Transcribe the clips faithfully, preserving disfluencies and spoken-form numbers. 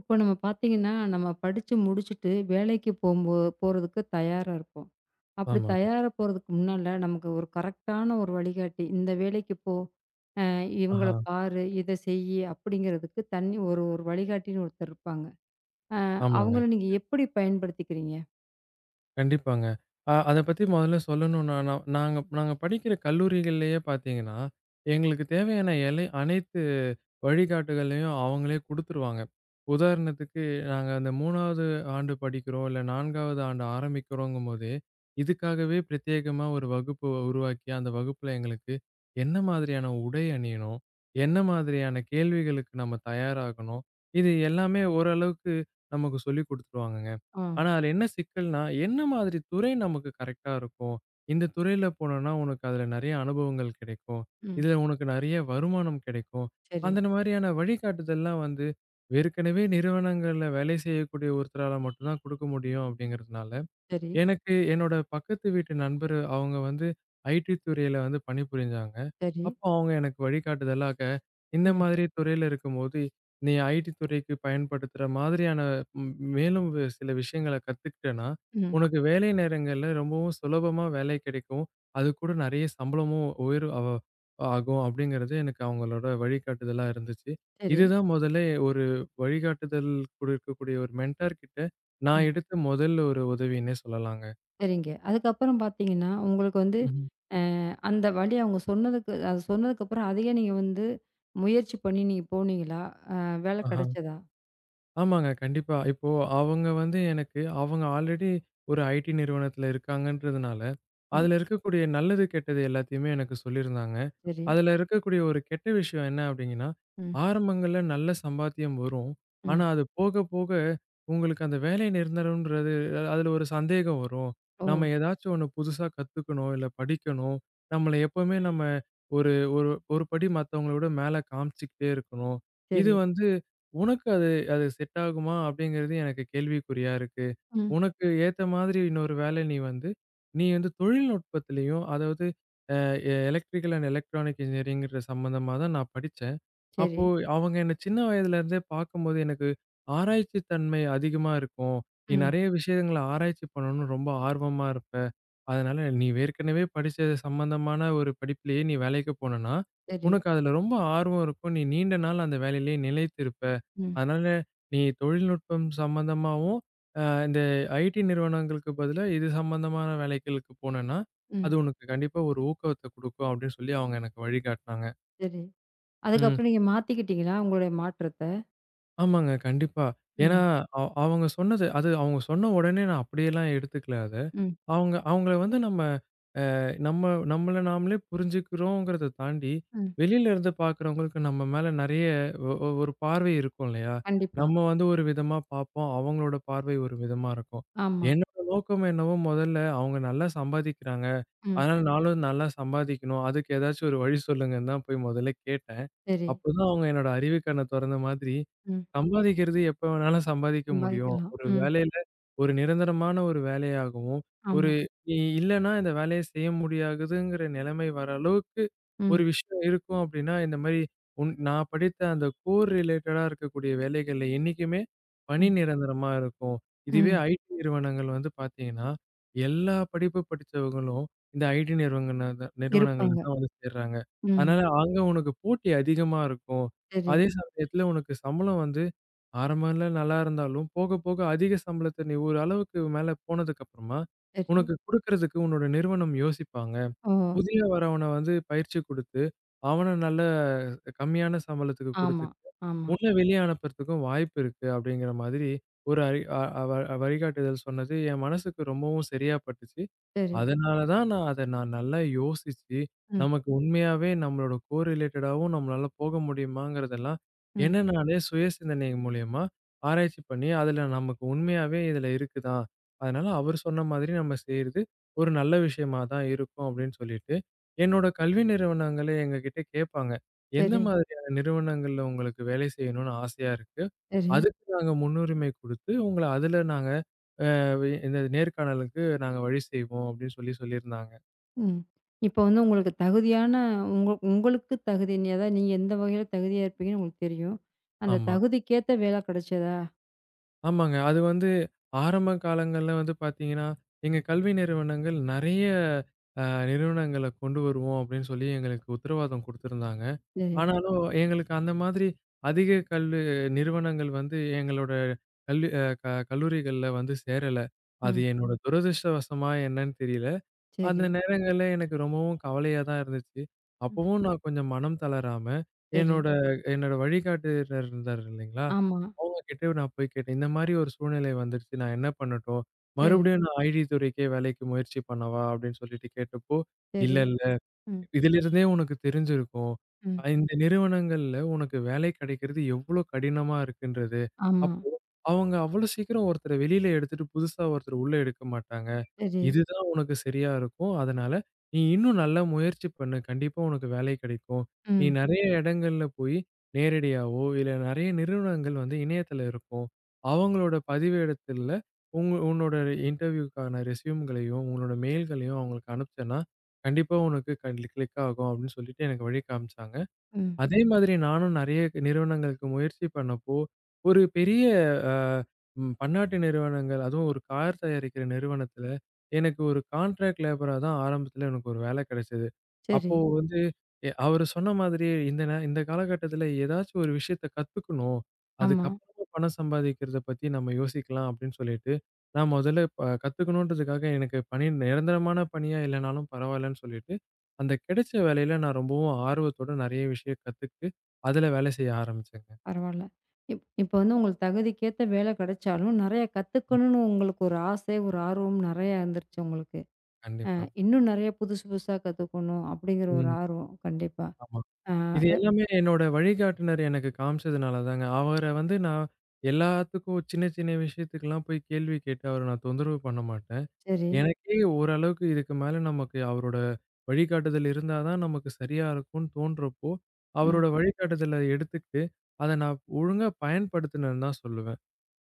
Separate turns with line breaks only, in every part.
இப்போ நம்ம பார்த்தீங்கன்னா, நம்ம படிச்சு முடிச்சுட்டு வேலைக்கு போம்போ போறதுக்கு தயாரா இருப்போம். அப்படி
ஆமாங்க.
தயாரா போறதுக்கு முன்னால நமக்கு ஒரு கரெக்ட்டான ஒரு வழிகாட்டி, "இந்த வேலைக்கு போ, அ இவங்கள
ஆஹா.
பாரு, இத செய்யி" அப்படிங்கிறதுக்கு தனி ஒரு ஒரு வழிகாட்டின்னு ஒருத்தர் இருப்பாங்க. அ அவங்கள
ஆமாங்க.
நீங்க எப்படி பயன்படுத்திக்கிறீங்க?
கண்டிப்பாங்க. அ அத பத்தி மொதல்ல சொல்லணும்னா, நா நாங்க நாங்க படிக்கிற கல்லூரிகள்லயே பார்த்தீங்கன்னா, எங்களுக்கு தேவையான எல்லை அனைத்து வழிகாட்டுதலையும் அவங்களே குடுத்துருவாங்க. உதாரணத்துக்கு நாங்க அந்த மூன்றாவது ஆண்டு படிக்கிறோம், இல்ல நான்காவது ஆண்டு ஆரம்பிக்கிறோங்கும்போதே, இதுக்காகவே பிரத்யேகமா ஒரு வகுப்பு உருவாக்கி, அந்த வகுப்புல எங்களுக்கு என்ன மாதிரியான உடை அணியணும்? என்ன மாதிரியான கேள்விகளுக்கு நம்ம தயாராகணும்? இது எல்லாமே ஓரளவுக்கு நமக்கு சொல்லிக் குடுத்துருவாங்கங்க.
ஆ.
ஆனா, அதுல என்ன சிக்கல்னா, என்ன மாதிரி துறை நமக்கு கரெக்ட்டா இருக்கும்? இந்த துறையில போனோம்னா, உனக்கு அதுல நெறைய அனுபவங்கள் கிடைக்கும்.
ம்.
இதுல உனக்கு நெறைய வருமானம் கிடைக்கும்.
சரி,
அந்த மாதிரியான வழிகாட்டுதல்லாம் வந்து, ஏற்கனவே நிறுவனங்கள்ல வேலை செய்யக்கூடிய ஒருத்தரால மட்டும் தான் குடுக்க முடியும் அப்படிங்கிறதுனால,
சரி,
எனக்கு என்னோட பக்கத்து வீட்டு நண்பர் அவங்க வந்து ஐடி துறையில வந்து பணிபுரிஞ்சாங்க.
சரி.
அப்போ அவங்க எனக்கு வழிகாட்டுதலாக, இந்த
ம்,
மாதிரி துறையில இருக்கும்போது, நீ ஐடி துறைக்கு பயன்படுத்துற மாதிரியான ம் மேலும் வே- சில விஷயங்கள கத்துக்கிட்டேன்னா,
ம்.
உனக்கு வேலை நேரங்கள்ல ரொம்பவும் சுலபமா வேலை கிடைக்கும். அது கூட நிறைய சம்பளமும் உயர்வு அவ ஆகும் அப்படிங்கிறது எனக்கு அவங்களோட வழிகாட்டுதலா இருந்துச்சு.
சரி,
இதுதான் முதல்ல ஒரு வழிகாட்டுதல் கொடுக்கக்கூடிய ஒரு மென்டார் கிட்ட நான்
ம்.
எடுத்த முதல் ஒரு உதவின்னே சொல்லலாங்க.
சரிங்க. அதுக்கப்புறம் பார்த்தீங்கன்னா, உங்களுக்கு வந்து
ம்ஹ்ம்.
அந்த வழி அவங்க சொன்னதுக்கு அது சொன்னதுக்கப்புறம் அதையே நீங்க வந்து முயற்சி பண்ணி நீங்க போனீங்களா? அ வேலை
ஆஹ.
கிடைச்சதா?
ஆமாங்க. கண்டிப்பா. இப்போ அவங்க வந்து எனக்கு அவங்க ஆல்ரெடி ஒரு ஐடி நிறுவனத்தில இருக்காங்கன்றதுனால,
ம்.
அதில இருக்கக்கூடிய நல்லது, கெட்டது எல்லாத்தையுமே எனக்கு சொல்லியிருந்தாங்க.
சரி.
அதில இருக்கக்கூடிய ஒரு கெட்ட விஷயம் என்ன அப்டிங்கன்னா,
ம்.
ஆரம்பங்கள்ல நல்ல சம்பாத்தியம் வரும்.
ம்.
ஆனா அது போக போக உங்களுக்கு அந்த வேலை நிரந்தரம்ன்றது அதில ஒரு சந்தேகம் வரும்.
ஓ!
நம்ம ஏதாச்சும் ஒண்ணு புதுசா கத்துக்கணும், இல்ல படிக்கணும். நம்மள எப்பவுமே நம்ம ஒரு ஒரு ஒரு படி மத்தவங்கள விட மேல காமிச்சுக்கிட்டே இருக்கணும். இது
சரி.
வந்து உனக்கு அது செட் ஆகுமா? அப்படிங்கிறது எனக்கு கேள்விக்குறியா இருக்கு.
ம்.
உனக்கு ஏத்த மாதிரி இன்னொரு வேலை நீ வந்து, நீ வந்து தொழில்நுட்பத்திலயும் அதாவது அ எலக்ட்ரிக்கல் அண்ட் எலக்ட்ரானிக் இன்ஜினியரிங்கிற சம்மந்தமா தான் நான் படிச்சேன்.
சரி.
அப்போ அவங்க என்ன சின்ன வயதிலேருந்தே பார்க்கும்போது எனக்கு ஆராய்ச்சி தன்மை அதிகமா இருக்கும். நீ
ம்.
நெறைய விஷயங்கள ஆராய்ச்சி பண்ணணும்னு ரொம்ப ஆர்வமா இருப்ப. அதனால நீ ஏற்கனவே படிச்சது சம்மந்தமான ஒரு படிப்பிலேயே நீ வேலைக்கு போனன்னா,
சரி.
உனக்கு அதுல ரொம்ப ஆர்வம் இருக்கும். நீ நீண்ட நாள் அந்த வேலையிலேயே நிலைத்திருப்ப.
ம்.
அதனால நீ தொழில்நுட்பம் சம்மந்தமாவும், அ இந்த ஐடி நிறுவனங்களுக்கு பதிலா இது சம்மந்தமான வேலைகளுக்கு போனன்னா,
ம்.
அது உனக்கு கண்டிப்பா ஒரு ஊக்கத்த குடுக்கும் அப்படின்னு சொல்லி அவங்க எனக்கு வழிகாட்டுனாங்க.
சரி.
ம்.
அதுக்கப்புறம் நீங்க மாத்திக்கிட்டீங்களா உங்களுடைய மாற்றத்த?
ஆமாங்க. கண்டிப்பா. ஏன்னா,
ம்.
அ அவங்க சொன்னது அது அவங்க சொன்ன உடனே நான் அப்படியெல்லாம் எடுத்துக்கல அத.
ம்.
அவங்க அவங்கள வந்து நம்ம நம்ம நம்மள நாமளே புரிஞ்சுக்கிறோங்கிறத தாண்டி,
ம்.
வெளியில இருந்து பார்க்கிறவங்களுக்கு நம்ம மேல நெறைய ஒ ஒ ஒரு பார்வை இருக்கும் இல்லையா?
கண்டிப்பா.
நம்ம வந்து ஒரு விதமா பார்ப்போம். அவங்களோட பார்வை ஒரு விதமா இருக்கும்.
ஆமா.
என்னோட நோக்கம் என்னவோ முதல்ல அவங்க நல்லா சம்பாதிக்கிறாங்க.
ம்.
அதனால நானும் நல்லா சம்பாதிக்கணும். அதுக்கு ஏதாச்சும் ஒரு வழி சொல்லுங்கன்னு தான் போய் முதல்ல கேட்டேன்.
சரி.
அப்பதான் அவங்க என்னோட அறிவு கண்ண தொறந்த மாதிரி,
ம்.
சம்பாதிக்கிறது எப்ப வேணாலும் சம்பாதிக்க முடியும்.
சம்பாதிக்கலாம்.
ஒரு
ம்.
வேலையில ஒரு நிரந்தரமான ஒரு வேலையாகவும், ஒரு
ஆமா.
நீ இல்லன்னா இந்த வேலைய செய்ய முடியாதுங்கிற நிலைமை வர அளவுக்கு ஒரு
ம்.
விஷயம் இருக்கும் அப்படின்னா, இந்த மாரி உன் நான் படித்த அந்த கோர் ரிலேட்டடா இருக்கக்கூடிய வேலைகள்ல என்னைக்குமே பணி
ம்.
நிரந்தரமா இருக்கும். இதுவே
ம்.
ஐடி நிறுவனங்கள் வந்து பார்த்தீங்கன்னா, எல்லா படிப்பு படிச்சவங்களும் இந்த ஐடி நிறுவனங்கள்ல தான் நிறுவனங்கள்ல
இருப்பாங்க.
தான் வந்து சேர்றாங்க.
ம்.
அதனால அங்க உனக்கு போட்டி அதிகமா இருக்கும்.
சரி.
அதே சமயத்துல உனக்கு சம்பளம் வந்து ஆரம்பம்ல நல்லா இருந்தாலும், போக போக அதிக சம்பளத்த நீ ஒரு அளவுக்கு மேல போனதுக்கப்புறமா,
சரி.
உனக்கு குடுக்கறதுக்கு உன்னோட நிறுவனம் யோசிப்பாங்க.
ஓ!
புதிய வரவன வந்து பயிற்சி குடுத்து, அவன நல்ல கம்மியான சம்பளத்துக்கு
ஆமா.
குடுத்துட்டு,
ஆமா.
உன்ன வெளிய அனுப்புறதுக்கும் வாய்ப்பு இருக்கு அப்படிங்கிற மாதிரி ஒரு அறி அ அ- வ வழிகாட்டுதல் சொன்னது என் மனசுக்கு ரொம்பவும் சரியா பட்டுச்சு.
சரி.
அதனால தான் நான் அத நான் நல்லா யோசிச்சு,
ம்.
நமக்கு உண்மையாவே நம்மளோட கோரிலேட்டடாவும் நம்மளால போக முடியுமாங்கிறதெல்லாம்,
ம்.
என்ன நானே சுய சிந்தனை மூலியமா ஆராய்ச்சி பண்ணி, அதுல நமக்கு உண்மையாவே இதுல இருக்குதா? அதனால அவர் சொன்ன மாதிரி நம்ம செய்றது ஒரு நல்ல விஷயமா தான் இருக்கும் அப்படின்னு சொல்லிட்டு, என்னோட கல்வி நிறுவனங்களே எங்ககிட்ட கேட்பாங்க. எந்த
சரி.
மாதிரியான நிறுவனங்கள்ல உங்களுக்கு வேலை செய்யணும்னு ஆசையா இருக்கு?
சரி.
அதுக்கு நாங்க முன்னுரிமை குடுத்து, உங்கள அதுல நாங்க "அவை இந்த நேர்காணலுக்கு நாங்க வழி செய்வோம்" அப்படின்னு சொல்லி சொல்லியிருந்தாங்க.
ம். இப்போ வந்து உங்களுக்கு தகுதியான உங்க உங்களுக்கு தகுதி நீ- அதாவது நீங்க எந்த வகையில தகுதியா இருப்பீங்கன்னு உங்களுக்கு தெரியும். அந்த
ஆமா.
தகுதிக்கேத்த வேலை கிடைச்சதா?
ஆமாங்க. அது வந்து ஆரம்ப காலங்கள்ல வந்து பார்த்தீங்கன்னா, எங்க கல்வி நிறுவனங்கள் நெறைய அ நிறுவனங்கள கொண்டு வருவோம் அப்படின்னு சொல்லி எங்களுக்கு உத்தரவாதம் குடுத்திருந்தாங்க.
சரி.
ஆனாலும் எங்களுக்கு அந்த மாதிரி அதிக கல்லு நிறுவனங்கள் வந்து எங்களோட கல்வி அ க கல்லூரிகள்ல வந்து சேரல. அது
ம்.
என்னோட துரதிர்ஷ்டவசமா என்னன்னு தெரியல.
சரி.
அந்த நேரங்கள்ல எனக்கு ரொம்பவும் கவலையா தான் இருந்துச்சு.
ம்.
அப்பவும் நான் கொஞ்சம் மனம் தளராம,
சரி.
என்னோட என்னோட வழிகாட்டுனர் இருந்தாரு இல்லைங்களா?
ஆமா.
அவங்க கிட்ட நான் போய் கேட்டேன். இந்த மாரி ஒரு சூழ்நிலை வந்துருச்சு. நான் என்ன பண்ணட்டும்?
சரி,
மறுபடியும் நான் ஐடி துறைக்கே வேலைக்கு முயற்சி பண்ணவா? அப்படின்னு சொல்லிட்டு கேட்டப்போ, இல்ல,
சரி.
இல்ல.
ம்,
இதிலிருந்தே உனக்கு தெரிஞ்சிருக்கும்.
ம்.
அ இந்த நிறுவனங்கள்ல உனக்கு வேலை கிடைக்கிறது எவ்ளோ கடினமா இருக்குன்றது.
ஆமா.
அப்போ அவங்க அவ்ளோ சீக்கிரம் ஒருத்தர வெளியில எடுத்துட்டு புதுசா ஒருத்தர உள்ள எடுக்க மாட்டாங்க.
சரி.
இதுதான் உனக்கு சரியா இருக்கும். அதனால நீ இன்னும் நல்லா முயற்சி பண்ணு. கண்டிப்பா உனக்கு வேலை கிடைக்கும். நீ
ம்,
நெறைய இடங்கள்ல போய் நேரடியாவோ, இல்ல நெறைய நிறுவனங்கள் வந்து இணையத்துல இருக்கும். அவங்களோட பதிவேடத்துல உங்க உன்னோட இன்டர்வியூக்கான ரெஸ்யூம்களையும், உங்களோட மெயில்களையும் அவங்களுக்கு அனுப்பிச்சேன்னா கண்டிப்பா உனக்கு கல் கிளிக் ஆகும் அப்படின்னு சொல்லிட்டு எனக்கு வழி காமிச்சாங்க.
ம்.
அதே மாதிரி நானும் நெறைய நிறுவனங்களுக்கு முயற்சி பண்ணப்போ, ஒரு பெரிய அ ம் பன்னாட்டு நிறுவனங்கள் அதுவும் ஒரு கார் தயாரிக்கிற நிறுவனத்துல, எனக்கு ஒரு கான்ட்ராக்ட் லேபரா தான் ஆரம்பத்துல எனக்கு ஒரு வேலை கிடைச்சது.
சரி.
அப்போ வந்து எ அவரு சொன்ன மாதிரி இந்த நே இந்த காலகட்டத்துல ஏதாச்சும் ஒரு விஷயத்த கத்துக்கணும்.
ஆமா.
அதுக்கப்புறமா பணம் சம்பாதிக்கிறத பத்தி நம்ம யோசிக்கலாம் அப்படின்னு சொல்லிட்டு, நான் முதல்ல ப கத்துக்கணுன்றதுக்காக எனக்கு பணி நிரந்தரமான பணியா இல்லனாலும் பரவாயில்லன்னு சொல்லிட்டு அந்த கிடைச்ச வேலையில நான் ரொம்பவும் ஆர்வத்தோட நெறைய விஷயம் கத்துக்கிட்டு, அதுல வேலை செய்ய ஆரம்பிச்சேங்க.
பரவால்ல. இப் இப்போ வந்து உங்களுக்கு தகுதிக்கேத்த வேலை கிடைச்சாலும், நெறைய கத்துக்கணும்னு உங்களுக்கு ஒரு ஆசை, ஒரு ஆர்வம் நெறையா இருந்துருச்சு உங்களுக்கு. அ
கண்டிப்பா.
இன்னும் நெறைய புதுசு புதுசா கத்துக்கணும் அப்படிங்கிற ஒரு
ம்.
ஆர்வம். கண்டிப்பா.
ஆமா.
ஆ,
இது
அ
எல்லாமே என்னோட வழிகாட்டுனர் எனக்கு காமிச்சதுனால தாங்க. அவர வந்து நான் எல்லாத்துக்கும் சின்ன சின்ன விஷயத்துக்கெல்லாம் போய் கேள்வி கேட்டு அவர நான் தொந்தரவு பண்ண மாட்டேன்.
சரி.
எனக்கே ஓரளவுக்கு இதுக்கு மேல நமக்கு அவரோட வழிகாட்டுதல் இருந்தா தான் நமக்கு சரியா இருக்கும்னு தோன்றப்போ,
ம்.
அவரோட வழிகாட்டுதல எடுத்துக்கிட்டு, அத நான் ஒழுங்கா பயன்படுத்தினேன்னு தான் சொல்லுவேன்.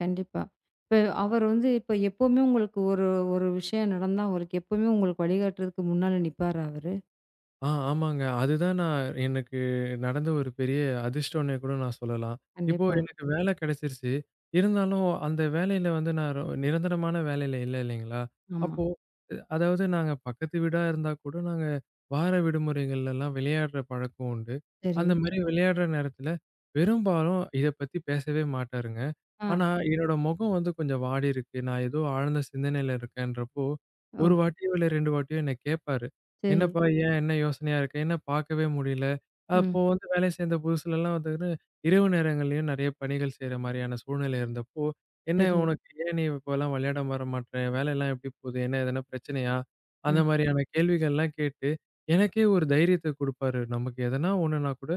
கண்டிப்பா. இப்ப அவர் வந்து இப்ப எப்பவுமே உங்களுக்கு ஒரு ஒரு விஷயம் நடந்தா, அவருக்கு எப்பவுமே உங்களுக்கு வழிகாட்டுறதுக்கு முன்னால நிப்பாரா அவரு?
ஆ ஆமாங்க. அதுதான் நான் எனக்கு நடந்த ஒரு பெரிய அதிர்ஷ்டம்னே கூட நான் சொல்லலாம். இப்போ
கண்டிப்பா.
எனக்கு வேலை கிடைச்சிருச்சு. இருந்தாலும் அந்த வேலையில வந்து நான் ரொ நிரந்தரமான வேலையில இல்ல இல்லைங்களா?
ஆமா.
அப்போ அ அதாவது நாங்க பக்கத்து வீடா இருந்தா கூட நாங்க வார விடுமுறைகள்லலாம் விளையாடுற பழக்கம் உண்டு.
சரி.
அந்த மாரி விளையாடுற நேரத்தில பெரும்பாலும் இத பத்தி பேசவே மாட்டாருங்க.
ஆ.
ஆனா என்னோட முகம் வந்து கொஞ்சம் வாடியிருக்கு. நான் ஏதோ ஆழ்ந்த சிந்தனையில இருக்கேன்றப்போ,
ஓ!
ஒரு வாட்டியோ இல்ல ரெண்டு வாட்டியோ என்ன கேட்பாரு.
சரி.
என்னப்பா ஏன்? என்ன யோசனையா இருக்கு? என்ன பார்க்கவே முடியல?
ம்.
அப்போ வந்து வேலை சேர்ந்த புதுசுலலாம் வந்துன்னு, இரவு நேரங்கள்லயும் நெறைய பணிகள் செய்ற மாரியான சூழ்நிலை இருந்தப்போ, "என்ன
சரி.
உனக்கு ஏன் நீ இப்போலாம் விளையாட வர மாட்ற? வேலைலாம் எப்படி போகுது? என்ன எதனா பிரச்சனையா?" அந்த
ம்.
மாரியான கேள்விகள்லாம் கேட்டு, எனக்கே ஒரு தைரியத்த குடுப்பாரு. நமக்கு எதனா ஒண்ணுனா கூட,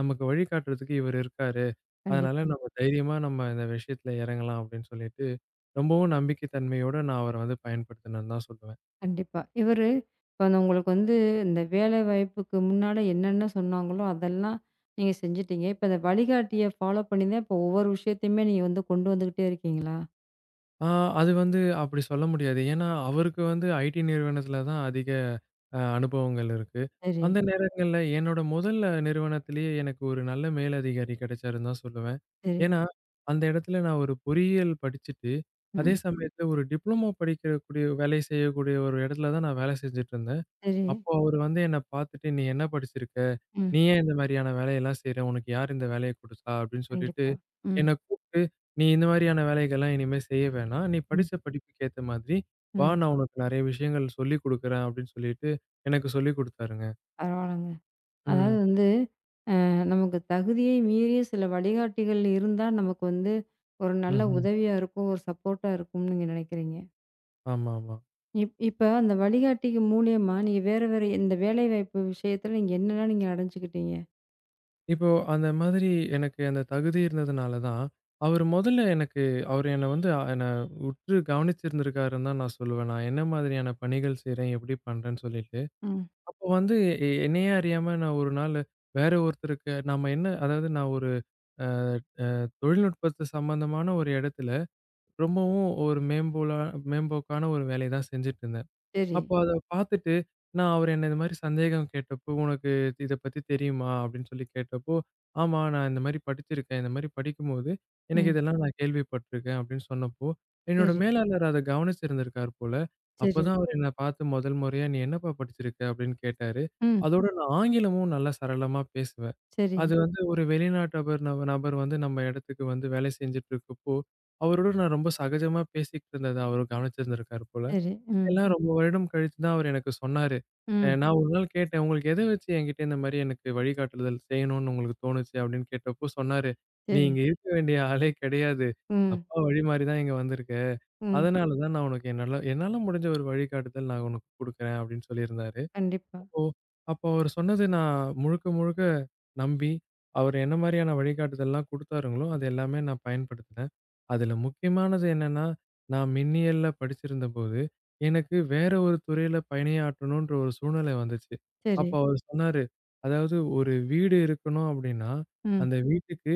நமக்கு வழிகாட்டுறதுக்கு இவரு இருக்காரு. அதனால
கண்டிப்பா,
நம்ம தைரியமா நம்ம இந்த விஷயத்துல இறங்கலாம் அப்படின்னு சொல்லிட்டு, ரொம்பவும் நம்பிக்கை தன்மையோட நான் அவர வந்து பயன்படுத்தினேன்னு தான் சொல்லுவேன்.
கண்டிப்பா. இவரு இப்ப அந்த உங்களுக்கு வந்து இந்த வேலை வாய்ப்புக்கு முன்னால என்னென்ன சொன்னாங்களோ, அதெல்லாம் நீங்க செஞ்சுட்டீங்க. இப்ப அந்த வழிகாட்டிய ஃபாலோ பண்ணி தான் இப்ப ஒவ்வொரு விஷயத்தையுமே நீங்க வந்து கொண்டு வந்துகிட்டே இருக்கீங்களா?
ஆ, அது வந்து அப்படி சொல்ல முடியாது. ஏன்னா, அவருக்கு வந்து ஐடி நிறுவனத்தில தான் அதிக அ அனுபவங்கள் இருக்கு.
சரி,
அந்த நேரங்கள்ல என்னோட முதல் நிறுவனத்திலேயே எனக்கு ஒரு நல்ல மேலதிகாரி கிடைச்சாருன்னு தான் சொல்லுவேன்.
சரி.
ஏன்னா, அந்த இடத்துல நான் ஒரு பொறியியல் படிச்சுட்டு, அதே ம்.
ம்.
சமயத்தில ஒரு டிப்ளமோ படிக்கக்கூடிய வேலை செய்யக்கூடிய ஒரு இடத்துல தான் நான் வேலை செஞ்சுட்டுருந்தேன்.
சரி.
அப்போ அவரு வந்து என்ன பார்த்துட்டு, "நீ என்ன படிச்சிருக்க?
ம்.
நீ ஏன் இந்த மாரியான வேலையெல்லாம் செய்ற? உனக்கு யார் இந்த வேலைய குடுத்தா?" அப்படின்னு சொல்லிட்டு
கண்டிப்பா. ம்.
என்ன கூப்ட்டு, "நீ இந்த மாரியான வேலைகள்லாம் இனிமே செய்ய வேணாம். நீ
ம்.
படிச்ச படிப்புக்கு ஏத்த மாதிரி, வா
ம்.
நான் உனக்கு நெறைய விஷயங்கள் சொல்லிக் குடுக்குறேன்" அப்படின்னு சொல்லிட்டு எனக்கு சொல்லிக் குடுத்தாருங்க.
பரவால்லங்க. அதாவது
ம்.
வந்து அ நமக்கு தகுதியை மீறிய சில வழிகாட்டிகள் இருந்தா, நமக்கு வந்து ஒரு நல்ல
ம்ஹ்ம்.
உதவியா இருக்கும். ஒரு சப்போர்ட்டா இருக்கும்னு நீங்க நினைக்கிறீங்க.
ஆமாமா.
இப் இப்ப அந்த வழிகாட்டிக்கு மூலியமா நீங்க வேற வேற இந்த வேலைவாய்ப்பு விஷயத்துல நீங்க என்னலாம் நீங்க அடைஞ்சுக்கிட்டீங்க?
இப்போ அந்த மாதிரி எனக்கு அந்த தகுதி இருந்ததுனால தான், அவரு மொதல்ல எனக்கு அவரு என்ன வந்து என்ன உற்று கவனிச்சிருந்திருக்காருன்னு தான் நான் சொல்லுவேன். நான் என்ன மாதிரியான பணிகள் செய்றேன், எப்படி பண்றேன்னு சொல்லிட்டு.
ம்.
அப்போ வந்து எ என்னையே அறியாம நான் ஒரு நாளு வேற ஒருத்தருக்கு நாம என்ன அதாவது நான் ஒரு அ அ தொழில்நுட்பத்து சம்மந்தமான ஒரு இடத்துல, ரொம்பவும் ஒரு மேம்போலா மேம்போக்கான ஒரு வேலைய தான் செஞ்சுட்டு இருந்தாரு.
சரி.
அப்போ அத பாத்துட்டு, நான் அவரு என்ன இது மாரி சந்தேகம் கேட்டப்போ, "உனக்கு இத பத்தி தெரியுமா?" அப்படின்னு சொல்லி கேட்டப்போ, "ஆமா, நான் இந்த மாரி படிச்சிருக்கேன். இந்த மாரி படிக்கும்போது, எனக்கு
ம்.
இதெல்லாம் நான் கேள்விப்பட்டுருக்கேன்." அப்படின்னு சொன்னப்போ, என்னோட
சரி,
மேலாளர் அத கவனிச்சிருந்திருக்கார் போல.
சரி.
அப்பதான் அவரு என்ன பாத்து முதல் முறையா, "நீ என்னப்பா படிச்சிருக்க?" அப்படின்னு கேட்டாரு.
ம்.
அதோட நான் ஆங்கிலமும் நல்லா சரளமா பேசுவேன்.
சரி,
அது வந்து ஒரு வெளிநாட்டவர் நப நபர் வந்து நம்ம இடத்துக்கு வந்து வேலை செஞ்சுட்டு இருக்கப்போ, அவரோட நான் ரொம்ப சகஜமா பேசிக்கிட்டு இருந்தத அவரு கவனிச்சிருந்திருக்கார் போல.
சரி. ம்.
எல்லாம் ரொம்ப வருடம் கழிச்சு தான் அவர் எனக்கு சொன்னாரு. அ
ம்.
நான் ஒரு நாள் கேட்டேன், "உங்களுக்கு எத வச்சு என்கிட்ட இந்த மாரி எனக்கு வழிகாட்டுதல் செய்யணும்னு உங்களுக்கு தோணுச்சு?" அப்படின்னு கேட்டப்போ சொன்னாரு,
சரி.
"நீ இங்க இருக்க வேண்டிய ஆளே கிடையாது.
ம்.
அப்பா வழிமாறி தான் இங்க வந்திருக்க.
ம்.
அதனால தான் நான் உனக்கு என்னால என்னால முடிஞ்ச ஒரு வழிகாட்டுதல் நான் உனக்கு குடுக்குறேன்" அப்படின்னு சொல்லியிருந்தாரு.
கண்டிப்பா.
அப்போ அப்போ அவரு சொன்னது நான் முழுக்க, முழுக்க நம்பி, அவர் என்ன மாரியான வழிகாட்டுதல்லாம் குடுத்தாருங்களோ, அது எல்லாமே நான் பயன்படுத்தினேன். அதுல முக்கியமானது என்னன்னா, நான் மின்னியல்ல படிச்சிருந்தபோது, எனக்கு வேற ஒரு துறையில பணியாற்றணுன்ற ஒரு சூழ்நிலை வந்துச்சு.
சரி.
அப்ப அவரு சொன்னாரு, அதாவது "ஒரு வீடு இருக்கணும் அப்படின்னா,
ம்.
அந்த வீட்டுக்கு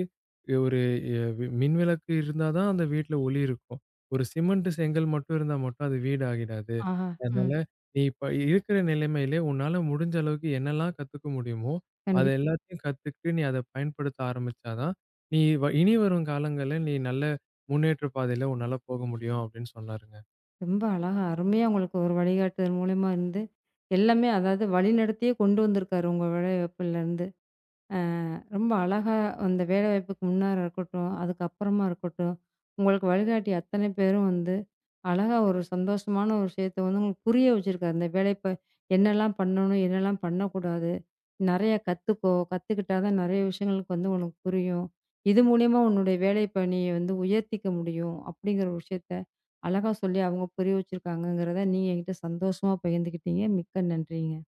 ஒரு எ மின்விளக்கு இருந்தா தான் அந்த வீட்ல ஒளி இருக்கும். ஒரு சிமெண்ட் செங்கல் மட்டும் இருந்தா மட்டும் அது வீடு ஆகிடாது.
ஆஹா. ம்.
அதனால" நீ இப்ப இருக்கிற நிலைமையிலே உன்னால முடிஞ்ச அளவுக்கு என்னெல்லாம் கத்துக்க முடியுமோ, அத
கண்டிப்பா.
எல்லாத்தையும் கத்துக்கிட்டு நீ அத பயன்படுத்த ஆரம்பிச்சா தான், நீ வ இனி வரும் காலங்கள்ல நீ நல்ல முன்னேற்ற பாதையில உன்னால போக முடியும் அப்படின்னு சொன்னாருங்க.
ரொம்ப அழகா, அருமையா உங்களுக்கு ஒரு வழிகாட்டுதல் மூலியமா இருந்து, எல்லாமே அதாவது வழிநடத்தியே கொண்டு வந்திருக்காரு உங்க உழைப்புலருந்து. ரொம்ப அழகா அந்த வேலைவாய்ப்புக்கு முன்னார இருக்கட்டும், அதுக்கப்புறமா இருக்கட்டும், உங்களுக்கு வழிகாட்டி அத்தனை பேரும் வந்து, அழகா ஒரு சந்தோஷமான ஒரு விஷயத்த வந்து உங்களுக்கு புரிய வச்சிருக்காரு. இந்த வேலைப்ப என்னலாம் பண்ணணும், என்னலாம் பண்ணக்கூடாது. நெறைய கத்துக்கோ, கத்துக்கிட்டா தான் நெறைய விஷயங்களுக்கு வந்து உனக்கு புரியும். இது மூலியமா உன்னுடைய வேலை பணிய வந்து உயர்த்திக்க முடியும். அப்படிங்கிற ஒரு விஷயத்த அழகா சொல்லி அவங்க புரிய வச்சிருக்காங்கங்கிறத நீங்க என்கிட்ட சந்தோஷமா பகிர்ந்துக்கிட்டீங்க. மிக்க நன்றிங்க.